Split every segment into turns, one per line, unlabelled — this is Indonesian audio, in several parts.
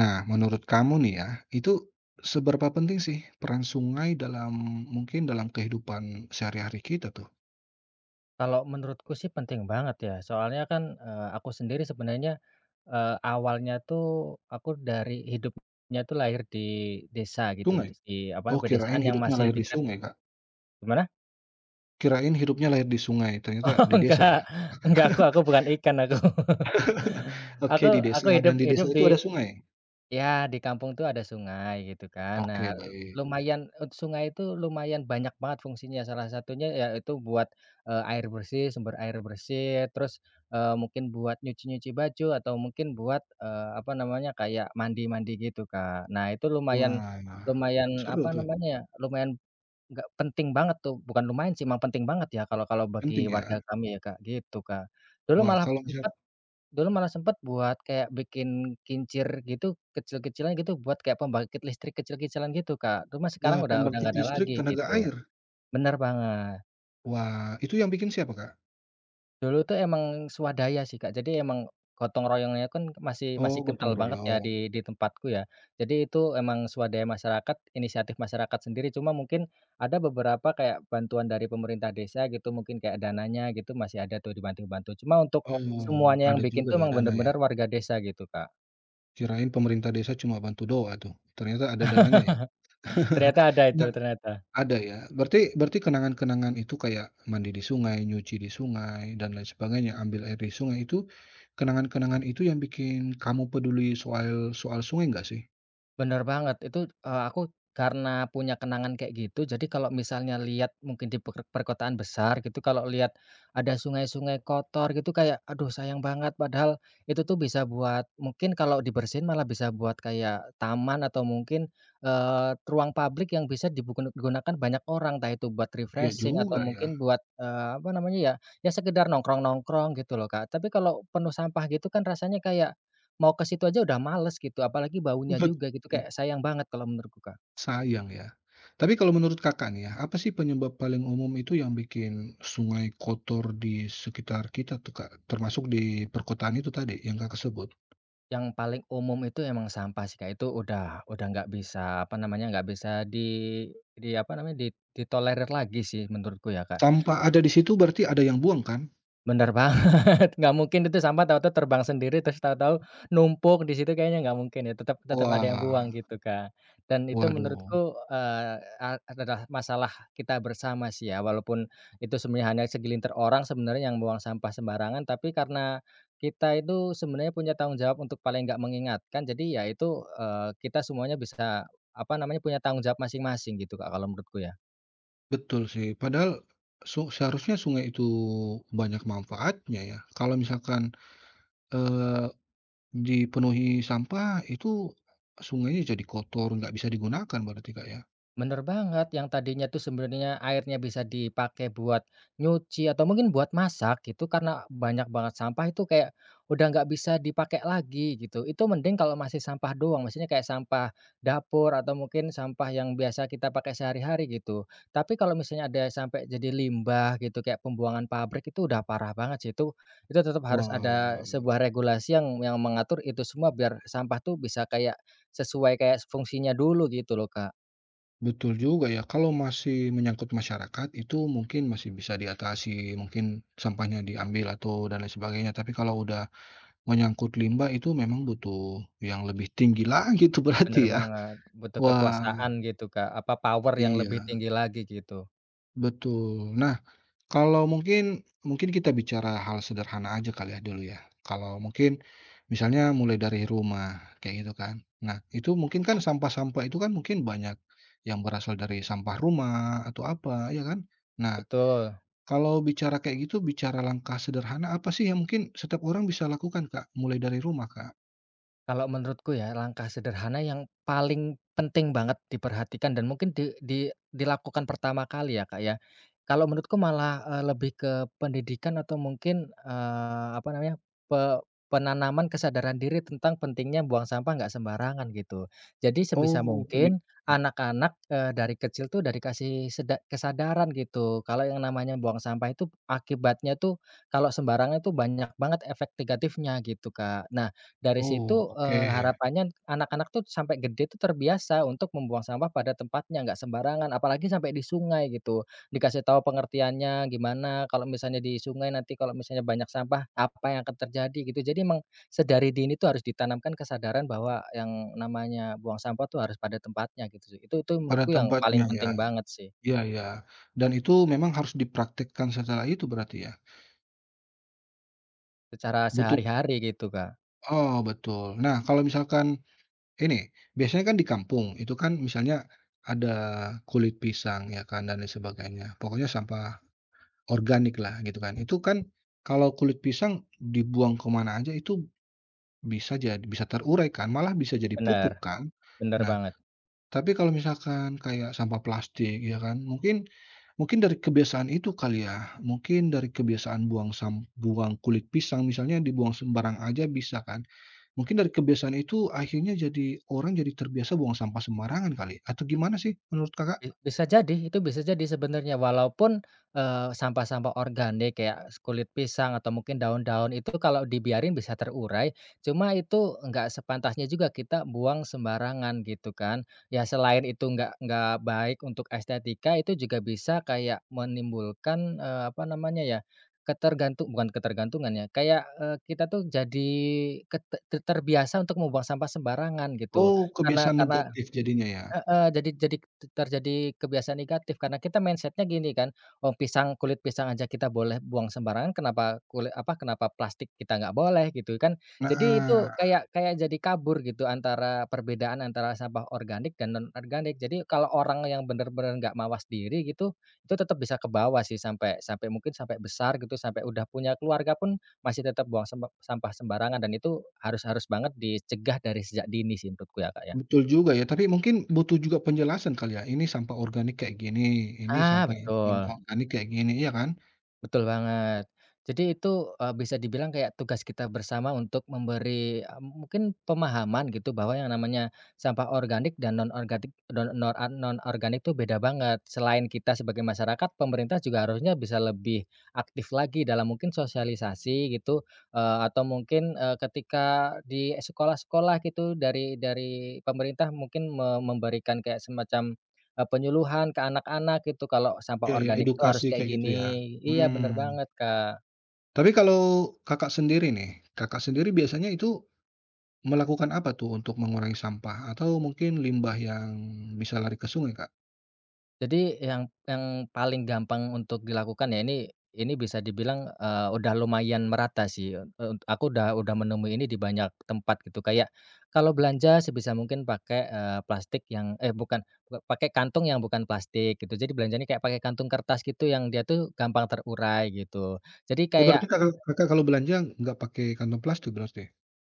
Nah, menurut kamu nih ya, itu seberapa penting sih peran sungai dalam kehidupan sehari-hari kita tuh?
Kalau menurutku sih penting banget ya, soalnya kan, aku sendiri sebenarnya, awalnya tuh aku dari hidupnya tuh lahir di desa gitu,
Sungai?
di apa,
Oh, kirain
pedesaan yang
hidupnya
masih
lahir di
dekat
sungai, Kak.
gimana?
Kirain hidupnya lahir di sungai, ternyata
Oh
di desa ya?
enggak aku bukan ikan aku.
Oke,
Aku
di
aku
desa
hidup
dan di
hidup
desa itu
di
ada sungai?
ya, di kampung tuh ada sungai gitu kan. Nah,
Oke, baik.
lumayan sungai itu lumayan banyak banget fungsinya. Salah satunya ya itu buat, air bersih, sumber air bersih, terus, mungkin buat nyuci-nyuci baju atau mungkin buat, apa namanya, kayak mandi-mandi gitu, Kak. Nah, itu lumayan
Wah,
lumayan
seru
apa
tuh,
namanya ya, lumayan nggak penting banget tuh, bukan lumayan sih, emang penting banget ya kalau kalau bagi
penting
warga
ya.
kami ya, Kak, gitu, Kak. Dulu
Wah,
malah
kalau misal
sempat. Dulu malah sempet buat kayak bikin kincir gitu, kecil-kecilan gitu, buat kayak pembangkit listrik kecil-kecilan gitu, Kak. Cuma sekarang
wah,
udah
pembangkit
nggak ada
listrik
lagi
tenaga
gitu.
air?
Bener banget.
Wah, itu yang bikin siapa, Kak?
Dulu tuh emang swadaya sih, Kak. Jadi emang gotong royongnya kan masih masih
Oh,
kental
gotong
banget ya
royong.
di tempatku ya. Jadi itu emang swadaya masyarakat, inisiatif masyarakat sendiri. Cuma mungkin ada beberapa kayak bantuan dari pemerintah desa gitu, mungkin kayak dananya gitu masih ada tuh dibantu-bantu. Cuma untuk
Oh,
semuanya yang
ada
bikin
juga
tuh
ya
emang
dana ya?
bener-bener warga desa gitu, Kak.
Kirain pemerintah desa cuma bantu doa tuh, ternyata ada dananya ya?
Ternyata ada itu,
Nggak
ternyata.
ada ya? Berarti berarti kenangan-kenangan itu kayak mandi di sungai, nyuci di sungai, dan lain sebagainya, ambil air di sungai itu, kenangan-kenangan itu yang bikin kamu peduli soal soal sungai nggak sih?
Bener banget, itu, aku karena punya kenangan kayak gitu, jadi kalau misalnya lihat mungkin di perkotaan besar gitu, kalau lihat ada sungai-sungai kotor gitu kayak, aduh sayang banget, padahal itu tuh bisa buat mungkin kalau dibersihin malah bisa buat kayak taman atau mungkin, ruang publik yang bisa gunakan banyak orang, entah itu buat
Iya
refreshing atau
juga ya,
mungkin buat, apa namanya ya, ya sekedar nongkrong-nongkrong gitu loh, Kak. Tapi kalau penuh sampah gitu kan rasanya kayak mau ke situ aja udah males gitu, apalagi baunya
betul
juga gitu,
sih,
kayak sayang banget kalau menurutku, Kak.
sayang ya. Tapi kalau menurut Kakak nih ya, apa sih penyebab paling umum itu yang bikin sungai kotor di sekitar kita tuh Kak, termasuk di perkotaan itu tadi yang Kakak sebut?
Yang paling umum itu emang sampah sih, Kak, itu udah nggak bisa, apa namanya, nggak bisa di apa namanya, di ditolerir lagi sih menurutku ya, Kak.
Tanpa ada di situ berarti ada yang buang kan?
Bener banget banget, nggak mungkin itu sampah tahu-tahu terbang sendiri, terus tahu-tahu numpuk di situ kayaknya nggak mungkin ya, tetap tetap ada yang buang
Wah,
gitu, Kak. Dan itu
waduh,
menurutku, adalah masalah kita bersama sih ya, walaupun itu sebenarnya hanya segelintir orang sebenarnya yang buang sampah sembarangan, tapi karena kita itu sebenarnya punya tanggung jawab untuk paling nggak mengingatkan, jadi ya itu, kita semuanya bisa, apa namanya, punya tanggung jawab masing-masing gitu, Kak, kalau menurutku ya.
betul sih. Padahal seharusnya sungai itu banyak manfaatnya ya. Kalau misalkan, eee, dipenuhi sampah itu sungainya jadi kotor, nggak bisa digunakan berarti, Kak, ya?
Bener banget, yang tadinya tuh sebenarnya airnya bisa dipakai buat nyuci atau mungkin buat masak gitu, karena banyak banget sampah itu kayak udah nggak bisa dipakai lagi gitu. Itu mending kalau masih sampah doang, maksudnya kayak sampah dapur atau mungkin sampah yang biasa kita pakai sehari-hari gitu. Tapi kalau misalnya ada sampai jadi limbah gitu kayak pembuangan pabrik itu udah parah banget sih itu. Itu tetap harus ada
Wah,
sebuah regulasi yang mengatur itu semua biar sampah tuh bisa kayak sesuai kayak fungsinya dulu gitu loh, Kak.
betul juga ya. Kalau masih menyangkut masyarakat itu mungkin masih bisa diatasi, mungkin sampahnya diambil atau dan lain sebagainya. Tapi kalau udah menyangkut limbah itu memang butuh yang lebih tinggi lagi itu
Bener
berarti ya?
banget, butuh
Wah,
kekuasaan gitu, Kak, apa power yang
iya,
lebih tinggi lagi gitu,
betul. Nah, kalau mungkin mungkin kita bicara hal sederhana aja kali ya dulu ya. Kalau mungkin misalnya mulai dari rumah, kayak gitu kan. Nah, itu mungkin kan sampah-sampah itu kan mungkin banyak yang berasal dari sampah rumah atau apa, ya kan? Nah,
betul.
kalau bicara kayak gitu, bicara langkah sederhana apa sih yang mungkin setiap orang bisa lakukan, Kak? Mulai dari rumah, Kak?
Kalau menurutku ya langkah sederhana yang paling penting banget diperhatikan dan mungkin di dilakukan pertama kali ya Kak ya. Kalau menurutku malah, lebih ke pendidikan atau mungkin, apa namanya, penanaman kesadaran diri tentang pentingnya buang sampah nggak sembarangan gitu. Jadi sebisa
Oh, peni
mungkin anak-anak, dari kecil tuh dari kasih kesadaran gitu kalau yang namanya buang sampah itu akibatnya tuh kalau sembarangan itu banyak banget efek negatifnya gitu, Kak. Nah dari
oh,
situ,
oke.
harapannya anak-anak tuh sampai gede tuh terbiasa untuk membuang sampah pada tempatnya, nggak sembarangan, apalagi sampai di sungai gitu. Dikasih tahu pengertiannya gimana, kalau misalnya di sungai nanti kalau misalnya banyak sampah, apa yang akan terjadi gitu. Jadi emang sedari dini tuh harus ditanamkan kesadaran bahwa yang namanya buang sampah tuh harus pada tempatnya gitu sih. Itu
Pada
menurutku yang paling
tempatnya ya.
penting banget sih,
Iya iya, dan itu memang harus dipraktikkan setelah itu berarti ya?
secara
Butuh
sehari-hari gitu, Kak.
oh, betul. Nah kalau misalkan ini, biasanya kan di kampung itu kan misalnya ada kulit pisang ya kan dan lain sebagainya, pokoknya sampah organik lah gitu kan. Itu kan kalau kulit pisang dibuang kemana aja itu bisa jadi bisa terurai kan, malah bisa jadi
Bener,
pupuk kan.
bener
Nah,
banget.
tapi kalau misalkan kayak sampah plastik ya kan, mungkin Mungkin dari kebiasaan itu kali ya, mungkin dari kebiasaan buang buang kulit pisang misalnya dibuang sembarang aja bisa kan. Mungkin dari kebiasaan itu akhirnya jadi orang jadi terbiasa buang sampah sembarangan kali, atau gimana sih menurut Kakak?
Bisa jadi, itu bisa jadi sebenarnya walaupun, sampah-sampah organik kayak kulit pisang atau mungkin daun-daun itu kalau dibiarin bisa terurai, cuma itu nggak sepantasnya juga kita buang sembarangan gitu kan. Ya selain itu nggak baik untuk estetika, itu juga bisa kayak menimbulkan, apa namanya ya, ketergantung bukan ketergantungan ya, kayak, kita tuh jadi ket terbiasa untuk membuang sampah sembarangan gitu.
Oh,
Karena
kebiasaan
karena
negatif jadinya ya?
heeh, jadi terjadi kebiasaan negatif karena kita mindsetnya gini kan, oh pisang kulit pisang aja kita boleh buang sembarangan kenapa kulit apa, kenapa plastik kita nggak boleh gitu kan. Jadi
Nah,
itu kayak kayak jadi kabur gitu antara perbedaan antara sampah organik dan non-organik. Jadi kalau orang yang bener-bener nggak mawas diri gitu, itu tetap bisa kebawa sih sampai sampai mungkin sampai besar gitu, sampai udah punya keluarga pun masih tetap buang sampah sembarangan dan itu harus harus banget dicegah dari sejak dini sih menurutku ya, Kak, ya.
betul juga ya, tapi mungkin butuh juga penjelasan kali ya, ini sampah organik kayak gini, ini
Ah,
sampah non
betul.
organik kayak gini, iya kan?
Betul banget. Jadi itu, bisa dibilang kayak tugas kita bersama untuk memberi, mungkin pemahaman gitu bahwa yang namanya sampah organik dan non-organik itu beda banget. Selain kita sebagai masyarakat, pemerintah juga harusnya bisa lebih aktif lagi dalam mungkin sosialisasi gitu, atau mungkin, ketika di sekolah-sekolah gitu dari pemerintah mungkin memberikan kayak semacam penyuluhan ke anak-anak gitu kalau sampah
Iya ya,
organik tuh harus
edukasi
kayak
kayak gitu
gini.
ya?
Iya bener
Hmm.
banget, Kak.
Tapi kalau Kakak sendiri nih, Kakak sendiri biasanya itu melakukan apa tuh untuk mengurangi sampah? Atau mungkin limbah yang bisa lari ke sungai, Kak?
Jadi yang paling gampang untuk dilakukan ya ini bisa dibilang, udah lumayan merata sih, aku udah menemui ini di banyak tempat gitu. Kayak kalau belanja sebisa mungkin pakai, plastik yang eh bukan, bukan pakai kantung yang bukan plastik gitu. Jadi belanjanya kayak pakai kantung kertas gitu yang dia tuh gampang terurai gitu. Jadi
Oh, berarti
kayak
Kakak Kakak kalau belanja nggak pakai kantong plastik berarti?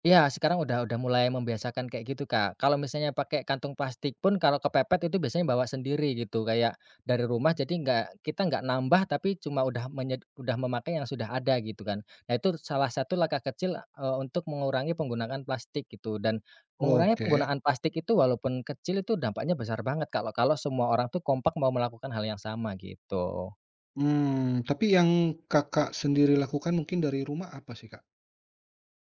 iya, sekarang udah mulai membiasakan kayak gitu, Kak. Kalau misalnya pakai kantung plastik pun kalau kepepet itu biasanya bawa sendiri gitu, kayak dari rumah jadi nggak kita nggak nambah tapi cuma udah udah memakai yang sudah ada gitu kan. Nah itu salah satu langkah kecil, untuk mengurangi penggunaan plastik gitu dan mengurangi
Oke.
penggunaan plastik itu walaupun kecil itu dampaknya besar banget kalau kalau semua orang tuh kompak mau melakukan hal yang sama gitu.
Tapi yang Kakak sendiri lakukan mungkin dari rumah apa sih, Kak?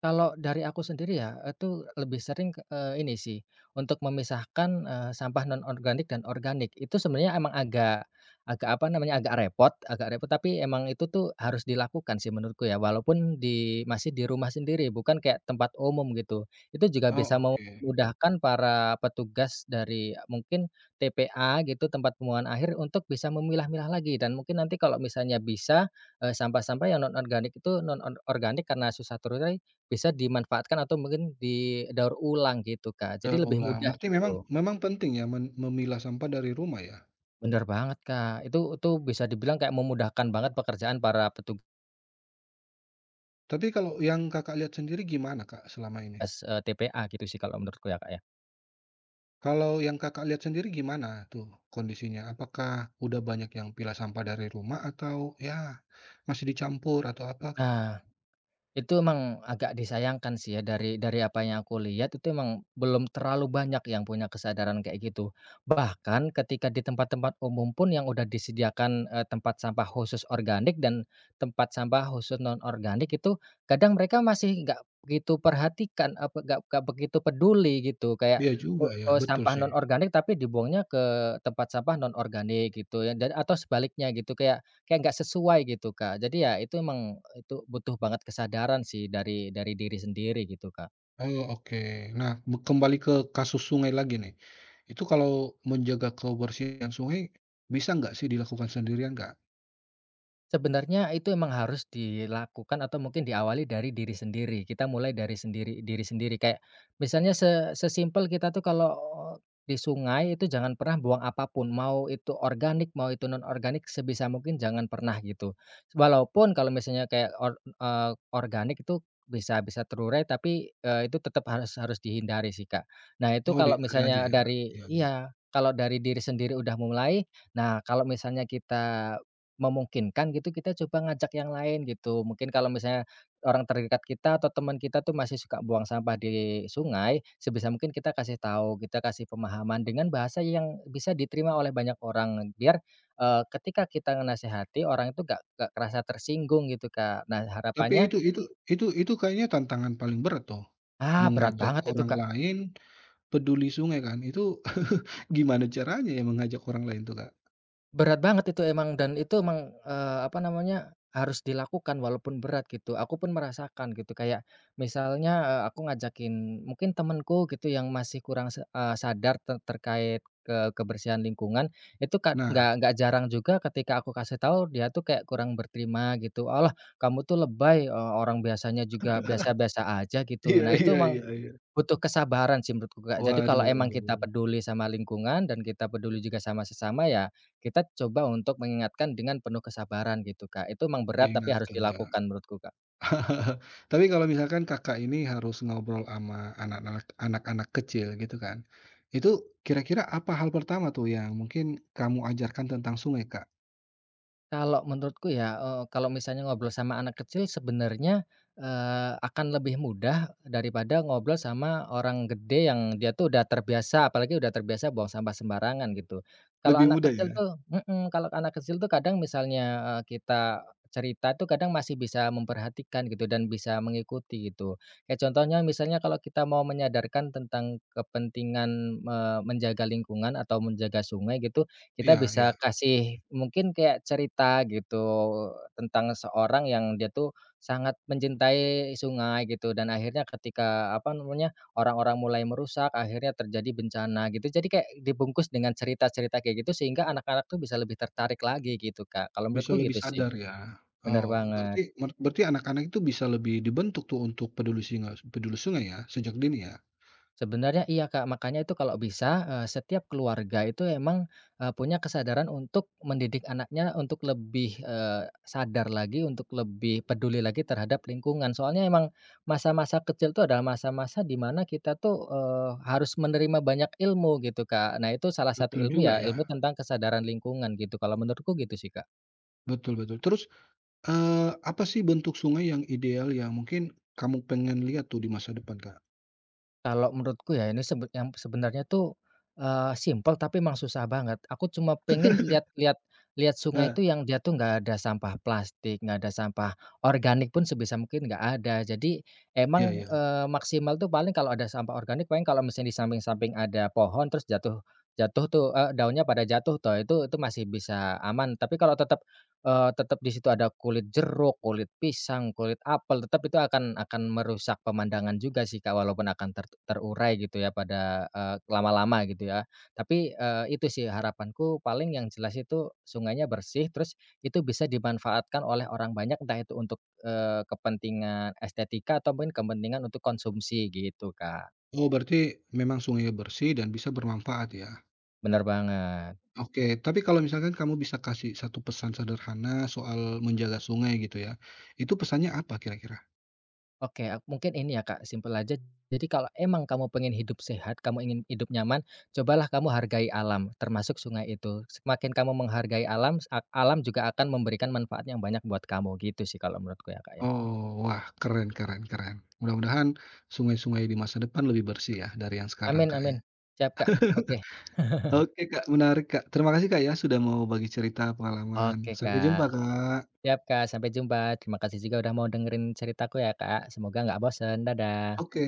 Kalau dari aku sendiri ya, itu lebih sering, ini sih, untuk memisahkan, sampah non-organik dan organik. Itu sebenarnya emang agak agak apa namanya, agak repot, tapi emang itu tuh harus dilakukan sih menurutku ya, walaupun di masih di rumah sendiri, bukan kayak tempat umum gitu. Itu juga
Oh,
bisa
oke.
memudahkan para petugas dari eh, mungkin TPA gitu, tempat pembuangan akhir, untuk bisa memilah-milah lagi dan mungkin nanti kalau misalnya bisa, sampah-sampah yang non organik karena susah terurai bisa dimanfaatkan atau mungkin didaur ulang gitu, Kak, jadi
Daur
lebih
ulang.
mudah
Berarti memang
gitu.
memang penting ya memilah sampah dari rumah ya?
Bener banget, Kak, itu bisa dibilang kayak memudahkan banget pekerjaan para petugas,
Tapi kalau yang Kakak lihat sendiri gimana, Kak, selama ini?
TPA gitu sih kalau menurutku ya, Kak, ya.
Kalau yang Kakak lihat sendiri gimana tuh kondisinya? Apakah udah banyak yang pilah sampah dari rumah atau ya masih dicampur atau apa, Kak?
Nah itu emang agak disayangkan sih ya dari apa yang aku lihat itu emang belum terlalu banyak yang punya kesadaran kayak gitu. Bahkan ketika di tempat-tempat umum pun yang udah disediakan, tempat sampah khusus organik dan tempat sampah khusus non-organik itu kadang mereka masih nggak begitu perhatikan, apa nggak begitu peduli gitu kayak,
Iya juga ya, betul
sampah
sih.
non-organik tapi dibuangnya ke tempat sampah non-organik gitu ya dan atau sebaliknya gitu kayak kayak nggak sesuai gitu, Kak. Jadi ya itu emang itu butuh banget kesadaran sih dari diri sendiri gitu, Kak.
Oh, oke. Nah, kembali ke kasus sungai lagi nih. Itu kalau menjaga kebersihan sungai, bisa nggak sih dilakukan sendirian, Kak?
Sebenarnya itu emang harus dilakukan atau mungkin diawali dari diri sendiri. Kita mulai dari sendiri diri sendiri kayak misalnya sesimpel kita tuh kalau eh, di sungai itu jangan pernah buang apapun, mau itu organik, mau itu non organik sebisa mungkin jangan pernah gitu. Walaupun kalau misalnya kayak organik itu bisa bisa terurai tapi, itu tetap harus harus dihindari sih, Kak. Nah itu
Oh,
kalau
dicari aja
misalnya
ya?
dari
Iya iya.
iya, kalau dari diri sendiri udah mulai, nah kalau misalnya kita memungkinkan gitu kita coba ngajak yang lain gitu. Mungkin kalau misalnya orang terdekat kita atau teman kita tuh masih suka buang sampah di sungai, sebisa mungkin kita kasih tahu, kita kasih pemahaman dengan bahasa yang bisa diterima oleh banyak orang biar, ketika kita nasehati orang itu gak kerasa tersinggung gitu, Kak. Nah
Tapi
harapannya,
itu kayaknya tantangan paling berat tuh,
"Ah berat
mengajak
banget itu,
orang
Kak."
lain peduli sungai kan, itu gimana caranya ya mengajak orang lain tuh, Kak?
Berat banget itu emang dan itu emang, apa namanya, harus dilakukan walaupun berat gitu. Aku pun merasakan gitu kayak misalnya, aku ngajakin mungkin temenku gitu yang masih kurang sadar terkait ke kebersihan lingkungan, itu
Nah,
nggak jarang juga ketika aku kasih tahu dia tuh kayak kurang berterima gitu, allah kamu tuh lebay, orang biasanya juga biasa-biasa aja," gitu.
iya
Nah itu
iya
emang
iya. Mhm. Iya.
butuh kesabaran sih menurutku, Kak. Jadi kalau emang kita
Waduh,
peduli sama lingkungan dan kita peduli juga sama sesama ya, kita coba untuk mengingatkan dengan penuh kesabaran gitu, Kak. Itu emang berat tapi harus
diingatkan ya.
dilakukan menurutku, Kak.
Tapi kalau misalkan Kakak ini harus ngobrol sama anak-anak kecil gitu kan, itu kira-kira apa hal pertama tuh yang mungkin kamu ajarkan tentang sungai, Kak?
Kalau menurutku ya, kalau misalnya ngobrol sama anak kecil sebenarnya, akan lebih mudah daripada ngobrol sama orang gede yang dia tuh udah terbiasa, apalagi udah terbiasa buang sampah sembarangan gitu. Kalau
Lebih
anak
mudah
kecil
ya?
tuh mhm, kalau anak kecil tuh kadang misalnya, kita cerita tuh kadang masih bisa memperhatikan gitu dan bisa mengikuti gitu. Kayak contohnya misalnya kalau kita mau menyadarkan tentang kepentingan, menjaga lingkungan atau menjaga sungai gitu, kita
Iya
bisa
iya,
kasih mungkin kayak cerita gitu tentang seorang yang dia tuh sangat mencintai sungai gitu dan akhirnya ketika apa namanya, orang-orang mulai merusak akhirnya terjadi bencana gitu. Jadi kayak dibungkus dengan cerita-cerita kayak gitu sehingga anak-anak tuh bisa lebih tertarik lagi gitu, Kak. Kalau
bisa
menurutku
lebih
gitu sih.
sadar ya.
Bener
Oh,
banget.
berarti berarti anak-anak itu bisa lebih dibentuk tuh untuk peduli sungai ya, sejak dini ya?
Sebenarnya iya, Kak. Makanya itu kalau bisa, setiap keluarga itu emang, punya kesadaran untuk mendidik anaknya untuk lebih, sadar lagi, untuk lebih peduli lagi terhadap lingkungan. Soalnya emang masa-masa kecil itu adalah masa-masa di mana kita tuh, harus menerima banyak ilmu gitu, Kak. Nah, itu salah satu
Betul
ilmu
juga
ya,
ya,
ilmu tentang kesadaran lingkungan gitu, kalau menurutku gitu sih, Kak.
betul betul. Terus apa sih bentuk sungai yang ideal yang mungkin kamu pengen lihat tuh di masa depan, Kak?
Kalau menurutku ya ini yang sebenarnya tuh, simpel tapi emang susah banget. Aku cuma pengen lihat sungai
Eee.
itu yang dia tuh nggak ada sampah plastik, nggak ada sampah organik pun sebisa mungkin nggak ada. Jadi
Iya
emang,
iya.
maksimal tuh paling kalau ada sampah organik paling kalau misalnya di samping-samping ada pohon terus jatuh jatuh tuh, daunnya pada jatuh tuh itu masih bisa aman. Tapi kalau tetap tetap di situ ada kulit jeruk, kulit pisang, kulit apel, tetap itu akan merusak pemandangan juga sih, Kak, walaupun akan terurai gitu ya pada, lama-lama gitu ya. Tapi, itu sih harapanku paling yang jelas itu sungainya bersih, terus itu bisa dimanfaatkan oleh orang banyak, entah itu untuk, kepentingan estetika atau mungkin kepentingan untuk konsumsi gitu, Kak.
Oh, berarti memang sungainya bersih dan bisa bermanfaat ya?
Bener banget.
Oke, tapi kalau misalkan kamu bisa kasih satu pesan sederhana soal menjaga sungai gitu ya, itu pesannya apa kira-kira?
Oke, mungkin ini ya, Kak, simpel aja. Jadi kalau emang kamu pengen hidup sehat, kamu ingin hidup nyaman, cobalah kamu hargai alam, termasuk sungai itu. Semakin kamu menghargai alam, alam juga akan memberikan manfaat yang banyak buat kamu, gitu sih kalau menurutku ya, Kak, ya.
Oh, wah keren keren keren. Mudah-mudahan sungai-sungai di masa depan lebih bersih ya dari yang sekarang,
Amin
Kak, ya.
amin. Siap, Kak. Oke.
Oke, Kak, menarik, Kak. Terima kasih, Kak, ya sudah mau bagi cerita pengalaman.
Oke,
Sampai
Kak.
jumpa, Kak.
Siap, Kak. Sampai jumpa. Terima kasih juga udah mau dengerin ceritaku ya, Kak. Semoga nggak bosen. Dadah.
Oke.